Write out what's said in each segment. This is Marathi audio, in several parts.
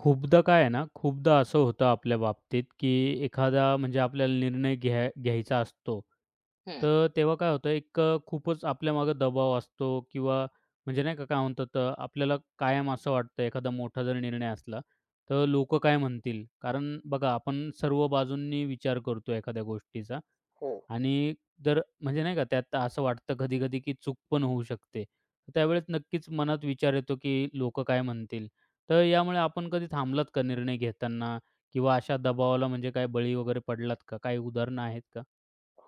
खूपदा काय आहे ना, खूपदा असं होतं आपल्या बाबतीत, की एखादा म्हणजे आपल्याला निर्णय घ्यायचा असतो. हं. तर तेव्हा काय होतं, एक खूपच आपल्यामागं दबाव असतो किंवा म्हणजे नाही का, काय म्हणतात आपल्याला कायम असं वाटतं एखादा मोठा जर निर्णय असला, तर लोकं काय म्हणतील? कारण बघा, आपण सर्व बाजूंनी विचार करतो एखाद्या गोष्टीचा हो, आणि जर म्हणजे नाही का त्यात असं वाटतं कधी-कधी की चूक पण होऊ शकते. तर त्यावेळेस नक्कीच मनात विचार येतो की लोकं काय म्हणतील? तर यामुळे आपण कधी थांबलात का निर्णय घेताना किंवा अशा दबावाला म्हणजे काय बळी वगैरे पडलात का? काही उदाहरणं आहेत का?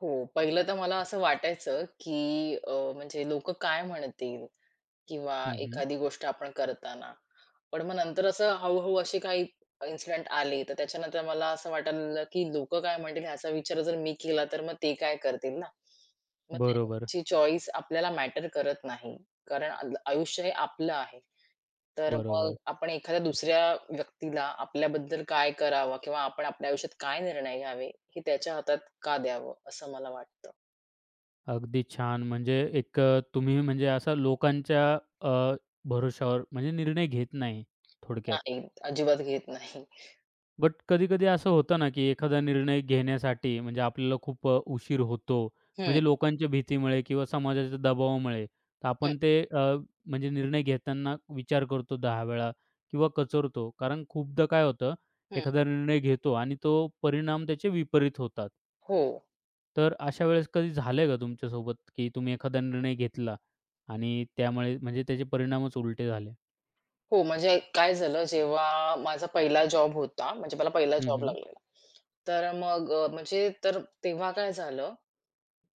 हो. पहिलं तर मला असं वाटायचं, की म्हणजे लोकं काय म्हणतील? किंवा हं, हं. एखादी गोष्ट आपण करताना. पण मग नंतर असं हळू असे काही इन्सिडेंट आले, तर त्याच्यानंतर मला असं वाटायला लागलं, की लोकं काय म्हणतील ह्याचा विचार जर मी केला, तर मग ते काय करतील ना? मग बरोबर, त्यांची चॉईस आपल्याला मॅटर करत नाही. कारण आयुष्य हे आपलं आहे. तर मग बरोबर. आपण एखाद्या दुसऱ्या व्यक्तीला आपल्याबद्दल काय करावं किंवा आपण आपल्या आयुष्यात काय निर्णय घ्यावे, हे त्याच्या हातात का द्यावं, असं मला वाटतं. अगदी छान. म्हणजे एक तुम्ही म्हणजे असा लोकांच्या अ, भरोशावर म्हणजे निर्णय घेत नाही थोडक्यात. नाही, अजिबात घेत नाही. बट कधी-कधी असं होतं ना, की एखादा निर्णय घेण्यासाठी म्हणजे आपल्याला खूप उशीर होतो. हं, म्हणजे लोकांच्या भीतीमुळे किंवा समाजाच्या दबावामुळे. तर हं, आपण ते म्हणजे निर्णय घेताना विचार करतो 10 वेळा किंवा कचरतो. कारण खूपदा काय होतं, हं. एखादा निर्णय घेतो आणि तो परिणाम त्याचे विपरीत होतात. हो, तर अशा वेळेस कधी झालंय का तुमच्यासोबत, की तुम्ही एखादा निर्णय घेतला आणि त्यामुळे म्हणजे त्याचे परिणामच उलटे झाले? हो. म्हणजे काय झालं जेव्हा माझा पहिला जॉब होता, म्हणजे मला पहिला हं, जॉब हं. लागलेला. तर मग म्हणजे तर तेव्हा काय झालं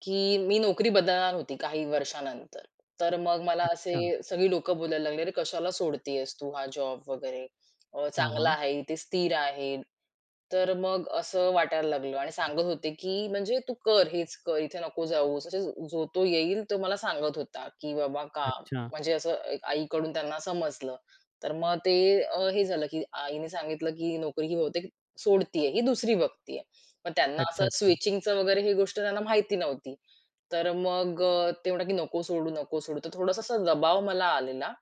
की मी नोकरी बदलणार होती काही वर्षानंतर. तर मग मला असे अच्छा. सगळी लोकं बोलायला लागली, "अरे कशाला सोडतीयेस तू हा जॉब वगैरे? हां, चांगला हां. आहे, इथे स्थिर आहे." तर मग असं वाटायला लागलं आणि सांगत होते, की म्हणजे "तू कर, हेच कर, इथे नको जाऊस." असे जो तो येईल तो मला सांगत होता, की "बाबा का?" अच्छा. म्हणजे असं एक आईकडून त्यांना समजलं. तर मग ते हे झालं, की आईने सांगितलं, की "नोकरी ही बहुतेक सोडतीये, ही दुसरी बघतीये." मग त्यांना अच्छा, असं अच्छा. स्विचिंगचं वगैरे ही गोष्ट त्यांना माहिती नव्हती. तर मग ते म्हणतात की "नको सोडू, नको सोडू." तर थोडासा असा दबाव मला आलेला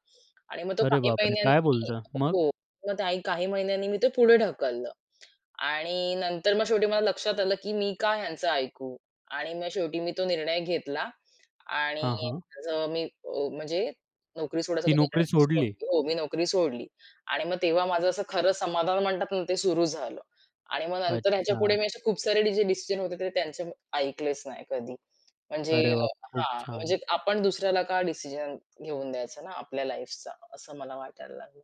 आणि मग तो अरे काही बापरे! काय महिन्यांनी बोलता? मग? हो. मग त्याही काही महिन्यांनी मी ते पुढे ढकललं आणि नंतर मग शेवटी मला लक्षात आलं की मी का ह्यांचं ऐकू? आणि मग शेवटी मी तो निर्णय घेतला आणि हां, हां. माझं मी म्हणजे नोकरी सोडायचा ती तो निर्णय नोकरी सोडली? सोडली. हो, मी नोकरी सोडली आणि मग तेव्हा माझं असं खरं समाधान म्हणतात ना, ते सुरू झालं आणि मग नंतर ह्याच्यापुढे अच्छा. मी असे खूप सारे जे डिसिजन होते ते त्यांचे ऐकलेच नाही कधी. म्हणजे अरे अ, वाह! खूप हां, छान. म्हणजे आपण दुसऱ्याला का डिसिजन घेऊन द्यायचा ना आपल्या लाईफचा, असं मला वाटायला लागलं.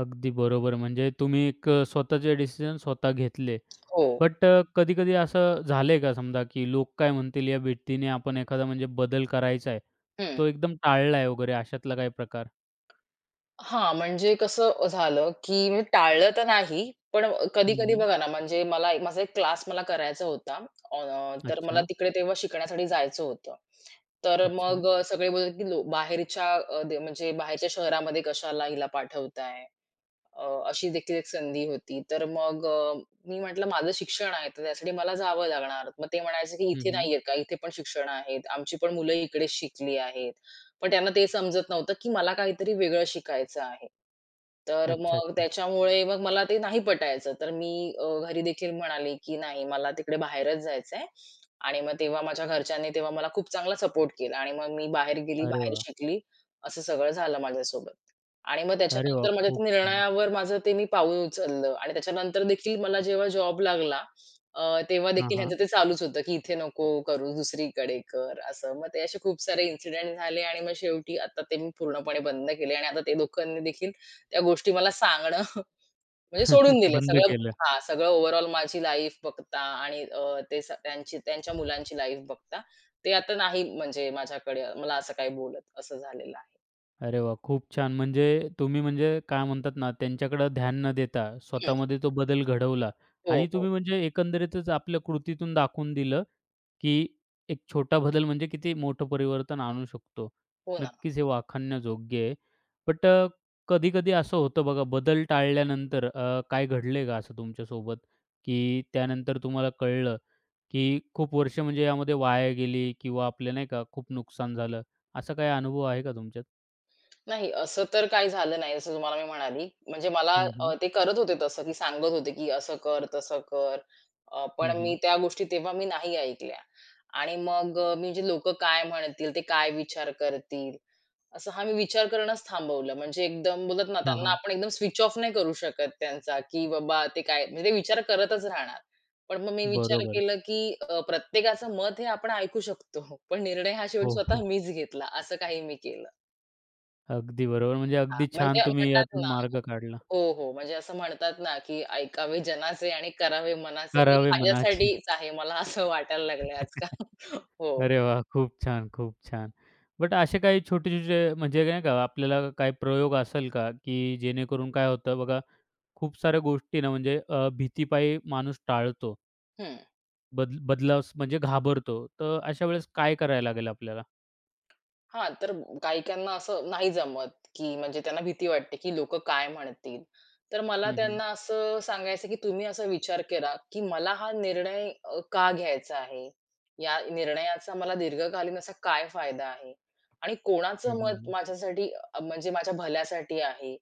अगदी बरोबर. म्हणजे तुम्ही एक स्वतःचे डिसिजन स्वतः घेतले. हो. बट कधी-कधी असं झालंय का समजा, की लोक काय म्हणतील या भीतीने आपण एखादा म्हणजे बदल करायचा आहे, हं. तो एकदम टाळलाय वगैरे अशातला काही प्रकार? हां, म्हणजे कसं झालं, की मी टाळलं तर नाही, पण हं, कधी-कधी हं. बघा ना, म्हणजे मला माझा एक क्लास मला करायचा होता. अ, तर मला अच्छा, तिकडे तेव्हा शिकण्यासाठी जायचं होतं. तर अच्छा. मग सगळे बोलले, की "लो बाहेरच्या अ, दे म्हणजे बाहेरच्या शहरामध्ये कशाला हिला पाठवताय?" अ, अशी देखील एक संधी होती. तर मग मी म्हटलं, "माझं शिक्षण आहे, तर त्यासाठी मला जावं लागणार." मग ते म्हणायचे, की हं, "इथे हं. नाहीये का? इथे पण शिक्षण आहेत. आमची पण मुलं इकडे शिकली आहेत." पण त्यांना ते समजत नव्हतं, की मला काहीतरी वेगळं शिकायचं आहे. तर अच्छा, मग अच्छा. त्याच्यामुळे मग मला ते नाही पटायचं. तर मी घरी देखील म्हणाले, की "नाही, मला तिकडे बाहेरच जायचंय." आणि मग तेव्हा माझ्या घरच्यांनी तेव्हा मला खूप चांगला सपोर्ट केला आणि मग मी बाहेर गेली, अरे बाहेर वाह! शिकली. असं सगळं झालं माझ्यासोबत. आणि मग अरे वाह! त्याच्यानंतर माझ्या खूप त्या छान. निर्णयावर माझं ते मी पाऊल उचललं आणि त्याच्यानंतर देखील मला जेव्हा जॉब लागला तेव्हा हां, देखील हां. ह्यांचं ते चालूच होतं, की "इथे नको करू, दुसरीकडे कर." असं. मग ते असे खूप सारे इन्सिडेंट झाले आणि मग शेवटी आता ते मी पूर्णपणे बंद केले आणि आता ते दोघांनी देखील त्या गोष्टी मला सांगणं म्हणजे सोडून दिले. बंद सगळं केलं. हां, सगळं ओव्हरऑल माझी लाईफ बघता आणि अ, ते स त्यांची त्यांच्या मुलांची लाईफ बघता, ते आता नाही म्हणजे माझ्याकडे मला असं काही बोलत, असं झालेलं आहे. अरे वाह! खूप छान. म्हणजे तुम्ही म्हणजे काय म्हणतात ना, त्यांच्याकडे ध्यान न देता हं. स्वतःमध्ये तो बदल घडवला हो, आणि हो. तुम्ही म्हणजे एकंदरीतच आपल्या कृतीतून दाखवून दिलं, की एक छोटा बदल म्हणजे किती मोठं परिवर्तन आणू शकतो. हो ना. नक्कीच हे वाखाणण्याजोग्य आहे. बट कधी-कधी असं होतं बघा बदल टाळल्यानंतर काय घडलंय का असं तुमच्यासोबत, की त्यानंतर तुम्हाला कळलं, की खूप वर्ष म्हणजे यामध्ये वाया गेली किंवा आपले नाही का खूप नुकसान झालं. असा काही अनुभव आहे का तुमच्यात? नाही असं तर काही झालं नाही, जसं तुम्हाला मी म्हणाली. म्हणजे मला हं, हं. ते करत होते तसं, की सांगत होते, की असं कर, तसं कर. हं, पण मी हं. त्या गोष्टी तेव्हा मी नाही ऐकल्या आणि मग मी जे लोकं काय म्हणतील, ते काय विचार करतील असं मी विचार करणंच थांबवलं. म्हणजे एकदम बोलतात ना, हां, त्यांना हां. आपण एकदम स्विच ऑफ नाही करू शकत त्यांचा, की बाबा ते काय म्हणजे ते विचार करतच राहणार. पण मग मी विचार बरोबर. केलं, की प्रत्येकाचं मत हे आपण ऐकू शकतो, पण निर्णय हा शेवटी हो, स्वतः हो. मीच घेतला, असं काही मी केलं. अगदी बरोबर. म्हणजे हां, अगदी छान म्हणजे तुम्ही म्हणतात यातून ना मार्ग काढला. हो, हो. म्हणजे असं म्हणतात ना, की ऐकावे जनाचे आणि करावे मनाचे. हे करावे मनाचे. माझ्यासाठीच आहे, मला असं वाटायला लागलंय आजकाल. हो. अरे वाह! खूप छान, खूप छान. बट असे काही छोटे-छोटे म्हणजे नाही का आपल्याला काही प्रयोग असेल का, की जेणेकरून काय होतं बघा, खूप साऱ्या गोष्टी ना म्हणजे भीतीपायी माणूस टाळतो. हं. बदलावस म्हणजे घाबरतो. तर अशा वेळेस काय करायला लागेल आपल्याला? हां, तर काही-काहींना असं नाही जमत, की म्हणजे त्यांना भीती वाटते, की लोकं काय म्हणतील? तर मला हं, हं. त्यांना असं सांगायचं, की तुम्ही असा विचार करा, की मला हा निर्णय का घ्यायचा आहे? या निर्णयाचा मला दीर्घकालीन असा काय फायदा आहे? आणि हं, कोणाचं हं, मत हं. माझ्यासाठी म्हणजे माझ्या भल्यासाठी आहे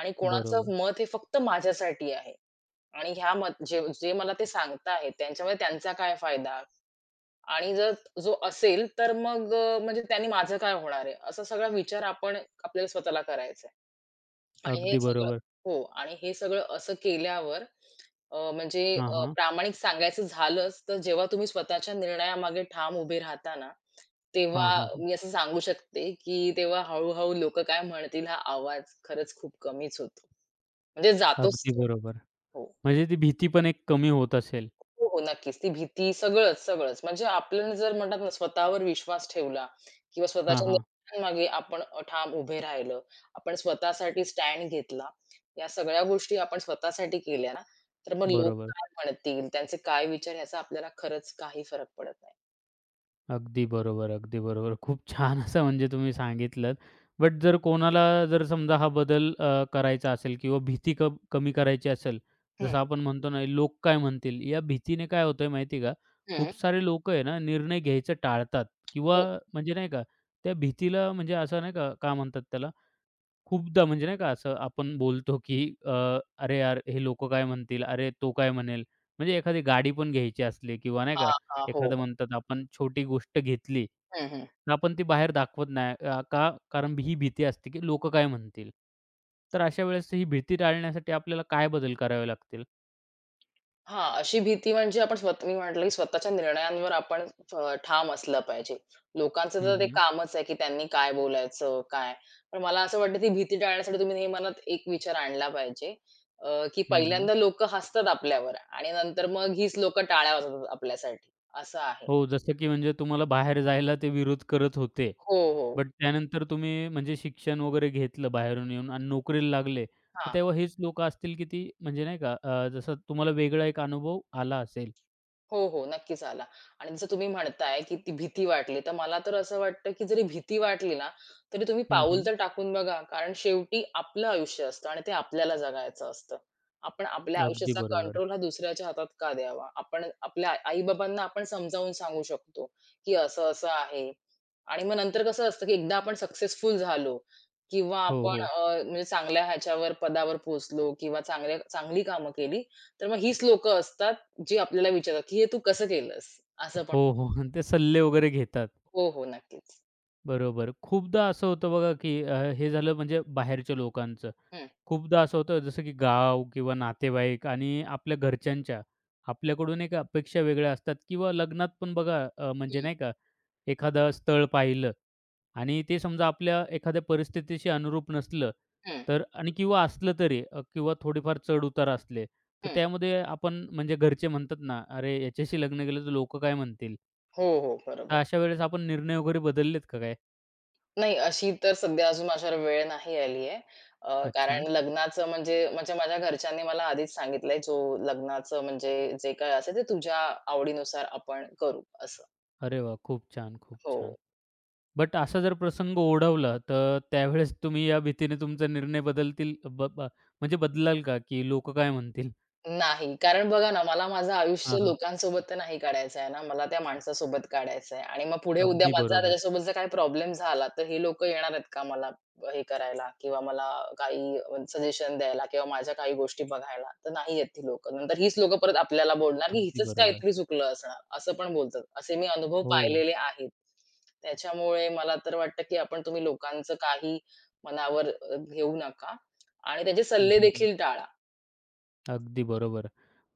आणि बरोबर. कोणाचं मत हे फक्त माझ्यासाठी आहे आणि ह्या मत जे जे मला ते सांगताहेत त्यांच्यामध्ये त्यांचा काय फायदा? आणि जर जो असेल, तर मग म्हणजे त्याने माझं काय होणार आहे? असा सगळा विचार आपण आपल्याला स्वतःला करायचा आहे. आणि हे अगदी सगळं बरोबर. हो. आणि हे सगळं असं केल्यावर अ, म्हणजे हां, हां. प्रामाणिक सांगायचं झालंच, तर जेव्हा तुम्ही स्वतःच्या निर्णयामागे ठाम उभे राहता ना, तेव्हा हां, हां, हां. मी असं सांगू शकते, की तेव्हा हळू-हळू लोक काय म्हणतील हा आवाज खरंच खूप कमीच होतो. म्हणजे जातोच अगदी तो. बरोबर. हो. म्हणजे ती भीती पण एक कमी होत असेल. हो, हो. नक्कीच. ती भीती सगळंच, सगळंच. म्हणजे आपण जर म्हणतात ना स्वतःवर विश्वास ठेवला किंवा हां, स्वतःच्या हां. निर्णयांमागे आपण ठाम उभे राहिलं. आपण स्वतःसाठी स्टँड घेतला. या सगळ्या गोष्टी आपण स्वतःसाठी केल्या ना, तर मग लोक बरोबर. काय म्हणतील, त्यांचे काय विचार याचा आपल्याला खरंच काही फरक पडत नाही. अगदी बरोबर, अगदी बरोबर. खूप छान असं म्हणजे तुम्ही सांगितलंत. बट जर कोणाला जर समजा हा बदल करायचा असेल किंवा भीती कमी करायची असेल, हं, जसं आपण म्हणतो ना, लोक काय म्हणतील? या भीतीने काय होतंय माहिती आहे का? हं. खूप सारे लोकं आहे ना, निर्णय घ्यायचं टाळतात किंवा हो. म्हणजे नाही का, त्या भीतीला म्हणजे असं नाही का, काय म्हणतात त्याला? खूपदा म्हणजे नाही का असं आपण बोलतो की अ, "अरे यार, हे लोकं काय म्हणतील? अरे तो काय म्हणेल?" म्हणजे एखादी गाडी पण घ्यायची असली किंवा नाही का हां, हां. हो. एखादं म्हणतात आपण छोटी गोष्ट घेतली, हं, हं. तर आपण ती बाहेर दाखवत नाही. का? कारण ही भीती असते की लोक काय म्हणतील? तर अशा वेळेस ही भीती टाळण्यासाठी आपल्याला काय बदल करावे लागतील? हां, अशी भीती म्हणजे आपण स्वतः मी म्हटलं, की स्वतःच्या निर्णयांवर आपण ठाम असलं पाहिजे. लोकांचं हं, तर ते हं. कामच आहे, की त्यांनी काय बोलायचं, काय. पण मला असं वाटतं ती भीती टाळण्यासाठी तुम्ही हे मनात एक विचार आणला पाहिजे, की हं, हं. पहिल्यांदा लोकं हसतात आपल्यावर आणि नंतर मग हीच लोकं टाळ्या वाजवतात आपल्यासाठी, असं आहे. हो, जसं की म्हणजे तुम्हाला बाहेर जायला ते विरोध करत होते. हो, हो. बट त्यानंतर तुम्ही म्हणजे शिक्षण वगैरे घेतलं बाहेरून येऊन आणि नोकरीला लागले, तर हां. तेव्हा हेच लोकं असतील की ती म्हणजे नाही का जसं तुम्हाला वेगळा एक अनुभव आला असेल. हो, हो. नक्कीच आला. आणि जसं तुम्ही म्हणताय, की ती भीती वाटली, तर मला तर असं वाटतं, की जरी भीती वाटली ना, तरी तुम्ही हं, पाऊल हं. तर टाकून बघा. कारण शेवटी आपलं आयुष्य असतं आणि ते आपल्याला जगायचं असतं. आपण आपल्या अगदी आयुष्याचा बरोबर. कंट्रोल हा दुसऱ्याच्या हातात का द्यावा? आपण आपल्या आई-बाबांना आपण समजावून सांगू शकतो, की असं-असं आहे. आणि मग नंतर कसं असतं, की एकदा आपण सक्सेसफुल झालो किंवा हो, आपण हो. म्हणजे चांगल्या ह्याच्यावर पदावर पोहोचलो किंवा चांगली कामं केली, तर मग हीच लोकं असतात, जी आपल्याला विचारतात, की "हे तू कसं केलंस?" असं पण हो, हो. आणि ते सल्ले वगैरे घेतात. हो, हो. नक्कीच. बरोबर. खूपदा असं होतं बघा की हे झालं म्हणजे बाहेरच्या लोकांचं. हं, खूपदा असं होतं जसं की गाव किंवा नातेवाईक आणि आपल्या घरच्यांच्या आपल्याकडून एक अपेक्षा वेगळ्या असतात किंवा लग्नात पण बघा म्हणजे हं, नाही का एखादं स्थळ पाहिलं आणि ते समजा आपल्या एखाद्या परिस्थितीशी अनुरूप नसलं हं, तर आणि किंवा असलं तरी किंवा थोडेफार चढ-उतार असले, तर हं. त्यामध्ये आपण म्हणजे घरचे म्हणतात ना, "अरे याच्याशी लग्न केलं तर लोकं काय म्हणतील?" हो, हो. बरोबर. अशा वेळेस आपण निर्णय वगैरे बदललेत का काय? नाही अशी तर सध्या अजून माझ्यावर वेळ नाही आली आहे. अच्छा. कारण लग्नाचं म्हणजे म्हणजे माझ्या घरच्यांनी मला आधीच सांगितलंय, "जो लग्नाचं म्हणजे जे काही असेल ते तुझ्या आवडीनुसार आपण करू," असं. अरे वाह! खूप छान, खूप हो. छान. बट असा जर प्रसंग ओढवला, तर त्यावेळेस तुम्ही या भीतीने तुमचा निर्णय बदलतील ब ब म्हणजे बदलाल का, की लोक काय म्हणतील? नाही. कारण बघा ना, मला माझं आयुष्य हां, हां. लोकांसोबत तर नाही काढायचं आहे ना. मला त्या माणसासोबत काढायचं आहे आणि मग पुढे उद्या अगदी माझा बरोबर, त्याच्यासोबत जर काही प्रॉब्लेम झाला, तर ही लोकं येणार आहेत का मला हे करायला किंवा मला काही सजेशन द्यायला किंवा माझ्या काही गोष्टी बघायला? तर नाही आहेत ती लोकं. नंतर हीच लोकं परत आपल्याला बोलणार, की अगदी हिचंच बरोबर. काहीतरी चुकलं असणार. असं पण बोलतात. असे मी अनुभव हो. पाहिलेले आहेत. त्याच्यामुळे मला तर वाटतं, की आपण तुम्ही लोकांचं काही मनावर घेऊ नका आणि त्याचे हं, सल्ले हं, हं. देखील टाळा. अगदी बरोबर.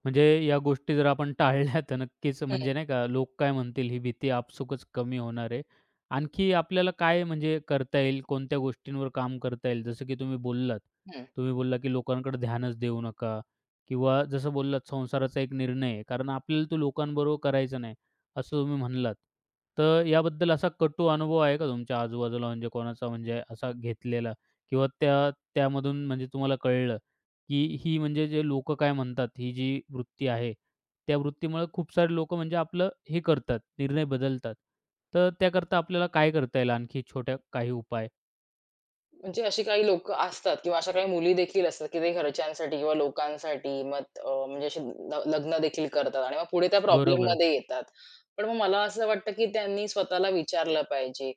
म्हणजे या गोष्टी जर आपण टाळल्या तर नक्कीच म्हणजे हं, नाही का, लोक काय म्हणतील ही भीती आपसुकच कमी होणार आहे. आणखी आपल्याला काय म्हणजे करता येईल, कोणत्या गोष्टींवर काम करता येईल? जसं की तुम्ही बोललात. हं. तुम्ही बोलला की लोकांकडे ध्यानच देऊ नका किंवा जसं बोललात संसाराचा एक निर्णय आहे, कारण आपल्याला तो लोकांबरोबर करायचा नाही, असं तुम्ही म्हणलात. तर याबद्दल असा कटू अनुभव आहे का तुमच्या आजूबाजूला म्हणजे कोणाचा म्हणजे असा घेतलेला किंवा त्या त्यामधून म्हणजे तुम्हाला कळलं? की ही म्हणजे जे लोकं काय म्हणतात, ही जी वृत्ती आहे, त्या वृत्तीमुळे खूप सारे लोकं म्हणजे आपलं हे करतात, निर्णय बदलतात. तर त्याकरता आपल्याला काय करता येईल आणखी छोट्या काही उपाय? म्हणजे अशी काही लोकं असतात किंवा अशा काही मुली देखील असतात, की ते घरच्यांसाठी किंवा लोकांसाठी मग म्हणजे अशी लग्न देखील करतात आणि मग पुढे त्या बरोबर. प्रॉब्लेममध्ये येतात. पण मग मला असं वाटतं, की त्यांनी स्वतःला विचारलं पाहिजे,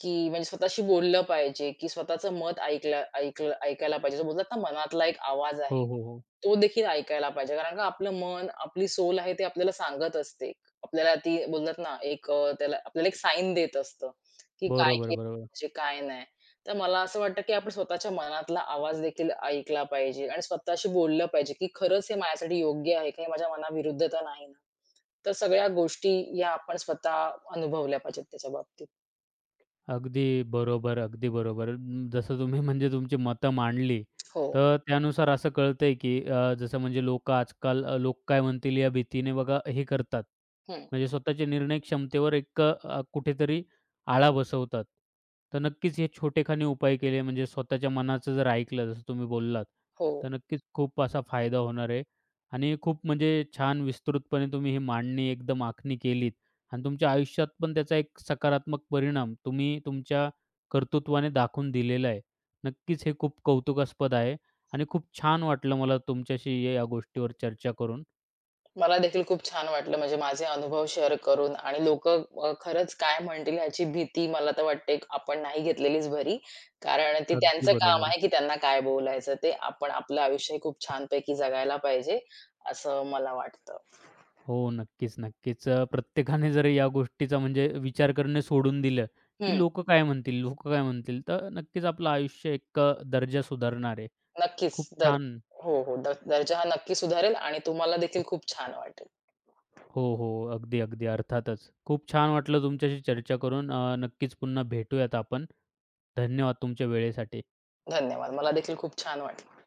की म्हणजे स्वतःशी बोललं पाहिजे, की स्वतःचं मत ऐकलं ऐकलं ऐकायला पाहिजे. जो बोलतात ना मनातला एक आवाज आहे, हो, हो, हो. तो देखील ऐकायला पाहिजे. कारण का आपलं मन, आपली सोल आहे ते आपल्याला सांगत असते. आपल्याला ती बोलतात ना त्याला आपल्याला एक साईन देत असतं, की काय बरोबर, केलं बरोबर. पाहिजे, काय नाही. तर मला असं वाटतं, की आपण स्वतःच्या मनातला आवाज देखील ऐकला पाहिजे आणि स्वतःशी बोललं पाहिजे, की खरंच हे माझ्यासाठी योग्य आहे का? हे माझ्या मनाविरुद्ध तर नाही ना? तर सगळ्या गोष्टी या आपण स्वतः अनुभवल्या पाहिजेत त्याच्या बाबतीत. अगदी बरोबर, अगदी बरोबर. जसं तुम्ही म्हणजे तुमची मतं मांडली, हो. तर त्यानुसार असं कळतंय की जसं म्हणजे लोकं आजकाल लोक काय म्हणतील या भीतीने बघा हे करतात. हं. म्हणजे स्वतःच्या निर्णय क्षमतेवर एक कुठेतरी आळा बसवतात. तर नक्कीच हे छोटेखानी उपाय केले म्हणजे स्वतःच्या मनाचं जर ऐकलं जसं तुम्ही बोललात, हो. तर नक्कीच खूप असा फायदा होणार आहे आणि खूप म्हणजे छान विस्तृतपणे तुम्ही ही मांडणी एकदम आखणी केलीत. आणि तुमच्या आयुष्यात पण त्याचा एक सकारात्मक परिणाम तुम्ही तुमच्या कर्तृत्वाने दाखवून दिलेला आहे. नक्कीच हे खूप कौतुकास्पद आहे आणि खूप छान वाटलं मला तुमच्याशी या या गोष्टीवर चर्चा करून. मला देखील खूप छान वाटलं म्हणजे माझे अनुभव शेअर करून आणि लोकं खरंच काय म्हणतील ह्याची भीती मला तर वाटते आपण नाही घेतलेलीच बरी. कारण ती अगदी त्यांचं काम बरोबर. आहे, की त्यांना काय बोलायचं ते. आपण आपलं आयुष्य हे खूप छानपैकी जगायला पाहिजे, असं मला वाटतं. हो, नक्कीच, नक्कीच. प्रत्येकाने जर या गोष्टीचा म्हणजे विचार करणे सोडून दिलं, की हं. लोकं काय म्हणतील, लोकं काय म्हणतील, तर नक्कीच आपलं आयुष्य एक दर्जा सुधारणार आहे. नक्कीच. खूप छान हो, हो. दर्जा हा नक्की सुधारेल आणि तुम्हाला देखील खूप छान वाटेल. हो, हो. अगदी, अगदी. अर्थातच. खूप छान वाटलं तुमच्याशी चर्चा करून. नक्कीच पुन्हा भेटूयात आपण. धन्यवाद तुमच्या वेळेसाठी. धन्यवाद. मला देखील खूप छान वाटलं.